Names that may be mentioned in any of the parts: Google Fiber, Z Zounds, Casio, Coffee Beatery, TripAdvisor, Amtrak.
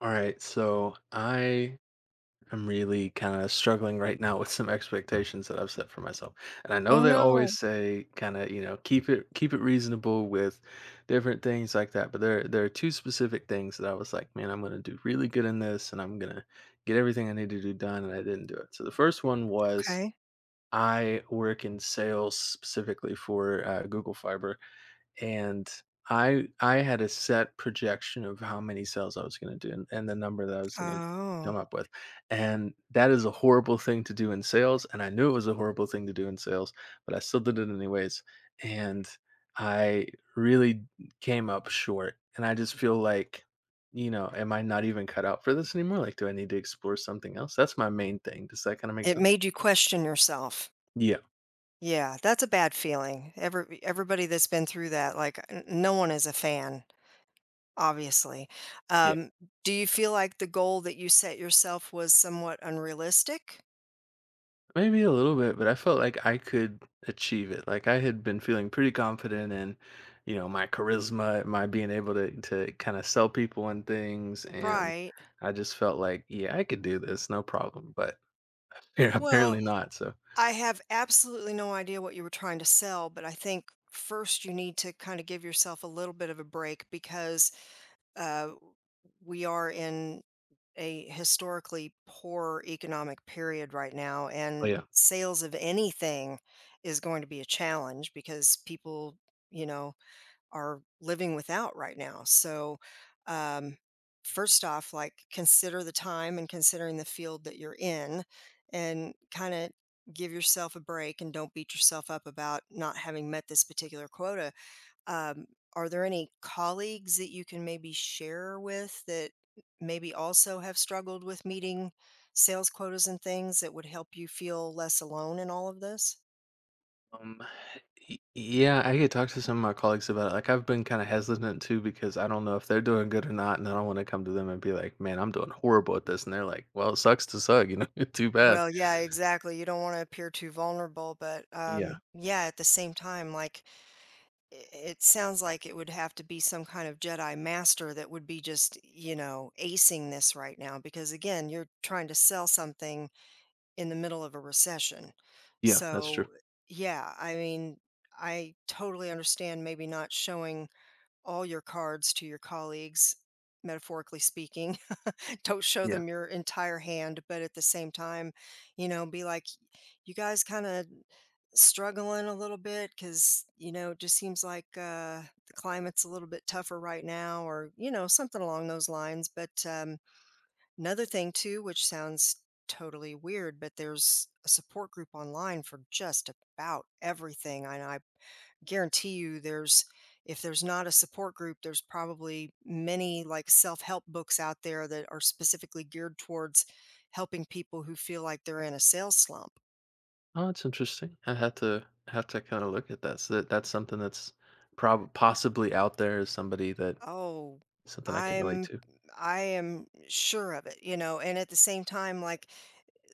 All right, so I am really kind of struggling right now with some expectations that I've set for myself. And I know Oh, they always no. say kind of, you know, keep it reasonable with different things like that, but there are two specific things that I was like, man, I'm going to do really good in this and I'm going to get everything I need to do done and I didn't do it. So the first one was Okay. I work in sales specifically for Google Fiber and I had a set projection of how many sales I was gonna do and the number that I was gonna Oh, come up with, and that is a horrible thing to do in sales, and I knew it was a horrible thing to do in sales, but I still did it anyways, and I really came up short, and I just feel like, you know, am I not even cut out for this anymore? Like, do I need to explore something else? That's my main thing. Does that kinda make it sense? made you question yourself. Yeah. Yeah, that's a bad feeling. Everybody that's been through that, like no one is a fan, obviously. Yeah. Um, do you feel like the goal that you set yourself was somewhat unrealistic? Maybe a little bit, but I felt like I could achieve it. Like I had been feeling pretty confident in, you know, my charisma, my being able to kind of sell people and things, and Right. I just felt like, yeah, I could do this, no problem. But yeah, apparently Well, not. So, I have absolutely no idea what you were trying to sell, but I think first you need to kind of give yourself a little bit of a break because uh, we are in a historically poor economic period right now, but and yeah, sales of anything is going to be a challenge because people, you know, are living without right now. So, um, first off, like consider the time and considering the field that you're in, and kind of give yourself a break and don't beat yourself up about not having met this particular quota. um, are there any colleagues that you can maybe share with that maybe also have struggled with meeting sales quotas and things that would help you feel less alone in all of this? um, yeah, I could talk to some of my colleagues about it. Like I've been kind of hesitant too because I don't know if they're doing good or not, and I don't want to come to them and be like, man, I'm doing horrible at this, and they're like, well, it sucks to suck, you know, too bad. Well, yeah, exactly. You don't want to appear too vulnerable, but Yeah, yeah, at the same time, like it sounds like it would have to be some kind of Jedi master that would be just, you know, acing this right now because again, you're trying to sell something in the middle of a recession. yeah, that's true. So, yeah, I mean, I totally understand maybe not showing all your cards to your colleagues, metaphorically speaking. Don't show Yeah. them your entire hand, but at the same time, you know, be like, you guys kind of struggling a little bit because, you know, it just seems like the climate's a little bit tougher right now, or, you know, something along those lines. But, another thing too, which sounds totally weird, but there's a support group online for just about everything. And I guarantee you there's, if there's not a support group, there's probably many like self-help books out there that are specifically geared towards helping people who feel like they're in a sales slump. Oh, that's interesting. I had to have to kind of look at that. So that's something that's prob possibly out there as somebody that Oh, something I can relate I'm to. I am sure of it, you know, and at the same time like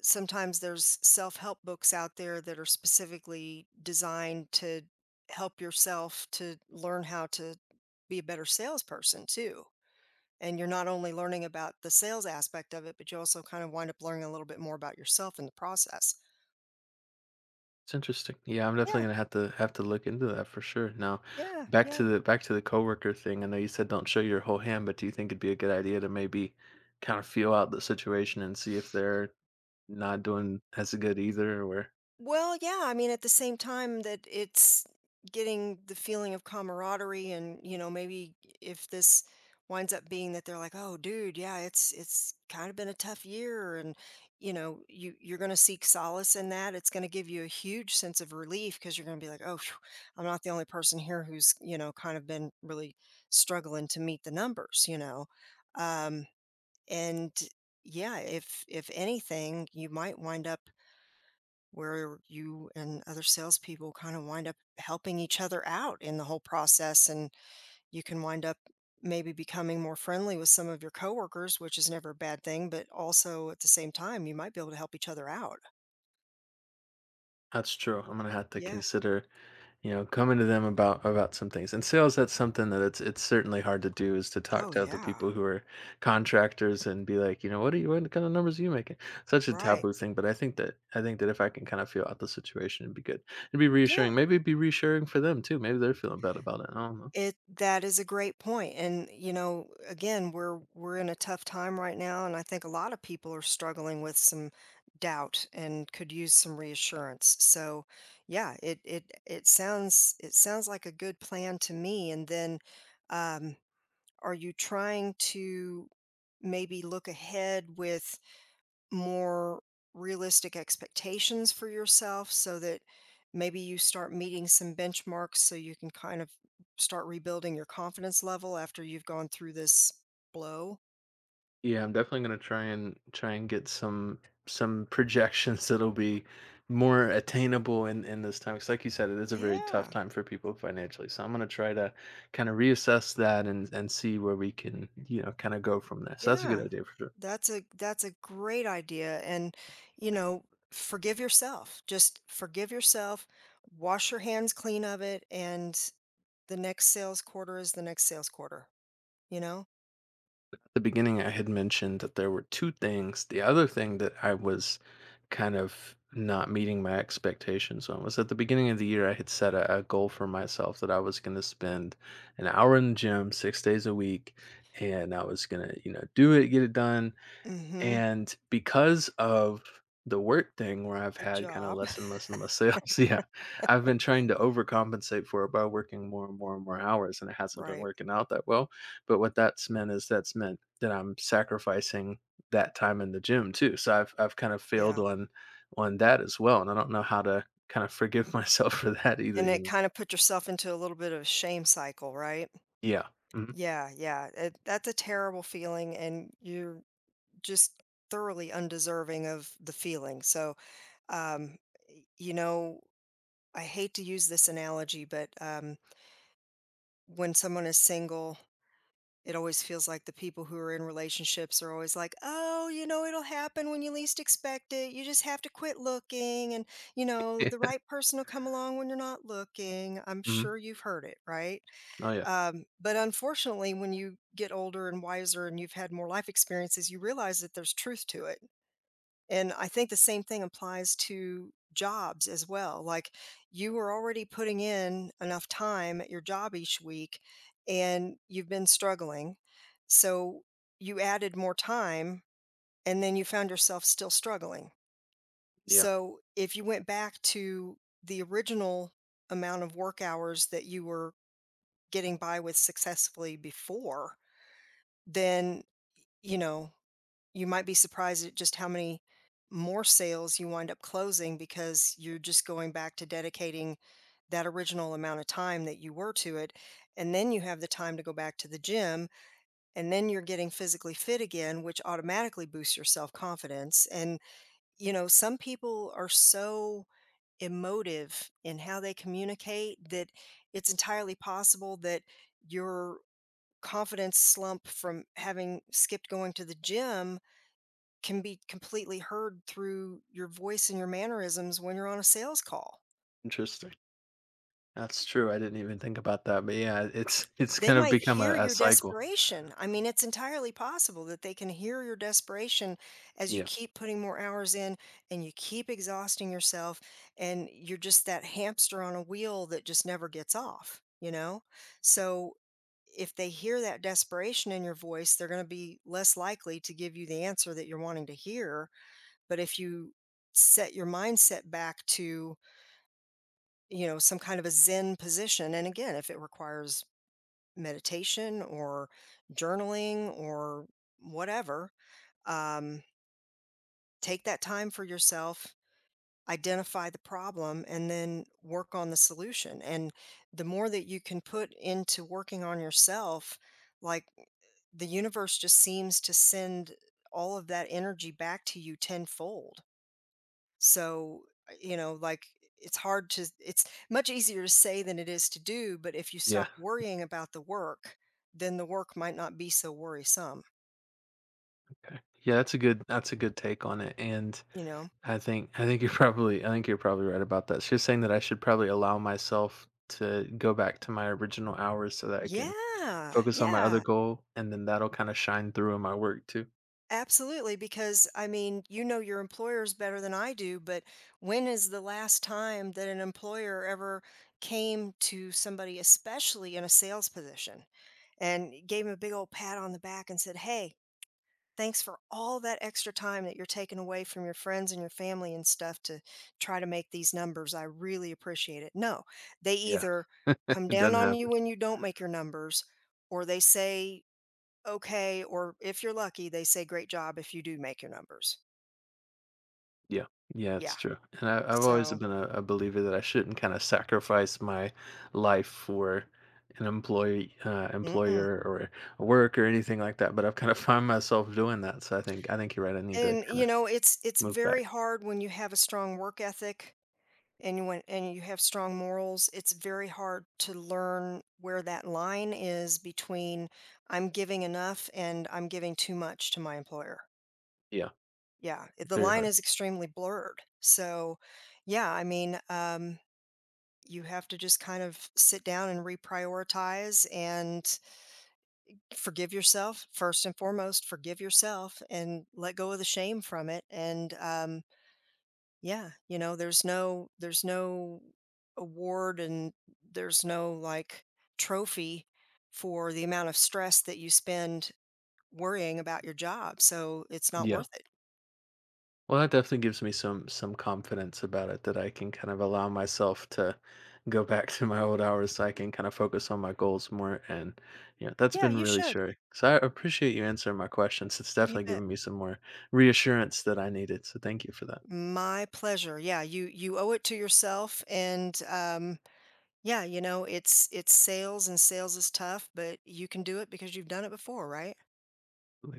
sometimes there's self-help books out there that are specifically designed to help yourself to learn how to be a better salesperson too, and you're not only learning about the sales aspect of it but you also kind of wind up learning a little bit more about yourself in the process. It's interesting. Yeah, I'm definitely yeah gonna have to look into that for sure. Now, yeah back to yeah the coworker thing. I know you said don't show your whole hand, but do you think it'd be a good idea to maybe kind of feel out the situation and see if they're not doing as good either, or Well, yeah, I mean, at the same time that it's getting the feeling of camaraderie and, you know, maybe if this winds up being that they're like, "Oh, dude, yeah, it's kind of been a tough year," and, you know, you're going to seek solace in that. It's going to give you a huge sense of relief because you're going to be like, "Oh, phew, I'm not the only person here who's, you know, kind of been really struggling to meet the numbers, you know." Um, and yeah, if anything, you might wind up where you and other salespeople kind of wind up helping each other out in the whole process. And you can wind up maybe becoming more friendly with some of your coworkers, which is never a bad thing, but also at the same time, you might be able to help each other out. that's true. I'm gonna have to Yeah. consider, you know, coming to them about some things. And sales, that's something that it's certainly hard to do is to talk Oh, to other people yeah. who are contractors and be like, you know, what are you what kind of numbers are you making? Such a Right. taboo thing. But I think that if I can kind of feel out the situation, it'd be good. It'd be reassuring. Yeah. Maybe it'd be reassuring for them too. Maybe they're feeling bad about it. I don't know. It, that is a great point, and, you know, again, we're in a tough time right now, and I think a lot of people are struggling with some doubt and could use some reassurance. So, yeah, it sounds, it sounds like a good plan to me, and then, um, are you trying to maybe look ahead with more realistic expectations for yourself so that maybe you start meeting some benchmarks so you can kind of start rebuilding your confidence level after you've gone through this blow. Yeah, I'm definitely gonna try and get some projections that'll be more attainable in this time. 'Cause like you said, it is a very tough yeah time for people financially. So I'm gonna try to kind of reassess that and see where we can, you know, kind of go from there. So that's a good yeah idea for sure. That's a great idea, and, you know, forgive yourself, just forgive yourself, wash your hands clean of it, and the next sales quarter is the next sales quarter, you know. The beginning, I had mentioned that there were two things. The other thing that I was kind of not meeting my expectations on was at the beginning of the year, I had set a goal for myself that I was going to spend an hour in the gym 6 days a week, and I was going to, you know, do it, get it done, Mhm. and because of the work thing where I've The had kinda job. Less sales, yeah, I've been trying to overcompensate for it by working more hours, and it hasn't been Right. working out that well, but what that's meant is that I'm sacrificing that time in the gym too, so I've kind of failed Yeah. On that as well, and I don't know how to kind of forgive myself for that either, And you it know? kind of put yourself into a little bit of a shame cycle, right? Yeah. Mhm. Yeah, yeah. It, that's a terrible feeling, and you're just thoroughly undeserving of the feeling. So, um, you know, I hate to use this analogy, but when someone is single, it always feels like the people who are in relationships are always like, oh, you know, it'll happen when you least expect it. You just have to quit looking. And, you know, the Yeah. right person will come along when you're not looking. I'm Mhm. sure you've heard it, right? Oh, yeah. But unfortunately, when you get older and wiser and you've had more life experiences, you realize that there's truth to it. And I think the same thing applies to jobs as well. Like you were already putting in enough time at your job each week and you've been struggling. So you added more time and then you found yourself still struggling. Yeah. So if you went back to the original amount of work hours that you were getting by with successfully before, then, you know, you might be surprised at just how many more sales you wind up closing because you're just going back to dedicating that original amount of time that you were to it, and then you have the time to go back to the gym, and then you're getting physically fit again, which automatically boosts your self-confidence, and, you know, some people are so emotive in how they communicate that it's entirely possible that your confidence slump from having skipped going to the gym can be completely heard through your voice and your mannerisms when you're on a sales call. Interesting. That's true, I didn't even think about that, but yeah, it's it's They kind of might become hear a your cycle. desperation. I mean, it's entirely possible that they can hear your desperation as you Yeah. keep putting more hours in and you keep exhausting yourself, and you're just that hamster on a wheel that just never gets off, you know? So if they hear that desperation in your voice, they're going to be less likely to give you the answer that you're wanting to hear. But if you set your mindset back to, you know, some kind of a Zen position, and again, if it requires meditation or journaling or whatever. Um, take that time for yourself, identify the problem, and then work on the solution. And the more that you can put into working on yourself, like the universe just seems to send all of that energy back to you tenfold. So, you know, like it's much easier to say than it is to do. But if you Yeah, stop worrying about the work, then the work might not be so worrisome, okay. Yeah, that's a good take on it, and you know? I think you're probably right about that. She was saying that I should probably allow myself to go back to my original hours so that I can Yeah. focus on my other Yeah. goal, and then that'll kinda shine through in my work too. Absolutely. Because I mean, you know your employers better than I do, but when is the last time that an employer ever came to somebody, especially in a sales position, and gave him a big old pat on the back and said, Hey, thanks for all that extra time that you're taking away from your friends and your family and stuff to try to make these numbers. I really appreciate it. No, they Yeah, either come it down doesn't on you happen. when you don't make your numbers, or they say, okay, or if you're lucky, they say, great job if you do make your numbers. Yeah. Yeah, it's Yeah. true. And I've always So, been a believer that I shouldn't kind of sacrifice my life for an mm-mm. employer, or work, or anything like that. But I've kind of found myself doing that. So I think you're right. I need to And, kind of you know, it's move very back. hard when you have a strong work ethic and you have strong morals, it's very hard to learn where that line is between I'm giving enough and I'm giving too much to my employer. Yeah, Yeah, the very line hard. is extremely blurred. So, yeah, I mean, you have to just kind of sit down and reprioritize and forgive yourself first and foremost. Forgive yourself and let go of the shame from it, and yeah, you know, there's no, there's no award, and there's no like trophy for the amount of stress that you spend worrying about your job, so it's not Yeah. worth it. Well, that definitely gives me some confidence about it that I can kind of allow myself to go back to my old hours so I can kind of focus on my goals more. And you know, that's Yeah, been you really should. sure. So I appreciate you answering my questions. It's You definitely bet. given me some more reassurance that I needed. So thank you for that. My pleasure. Yeah, you owe it to yourself, and yeah, you know, it's sales and sales is tough, but you can do it because you've done it before, right?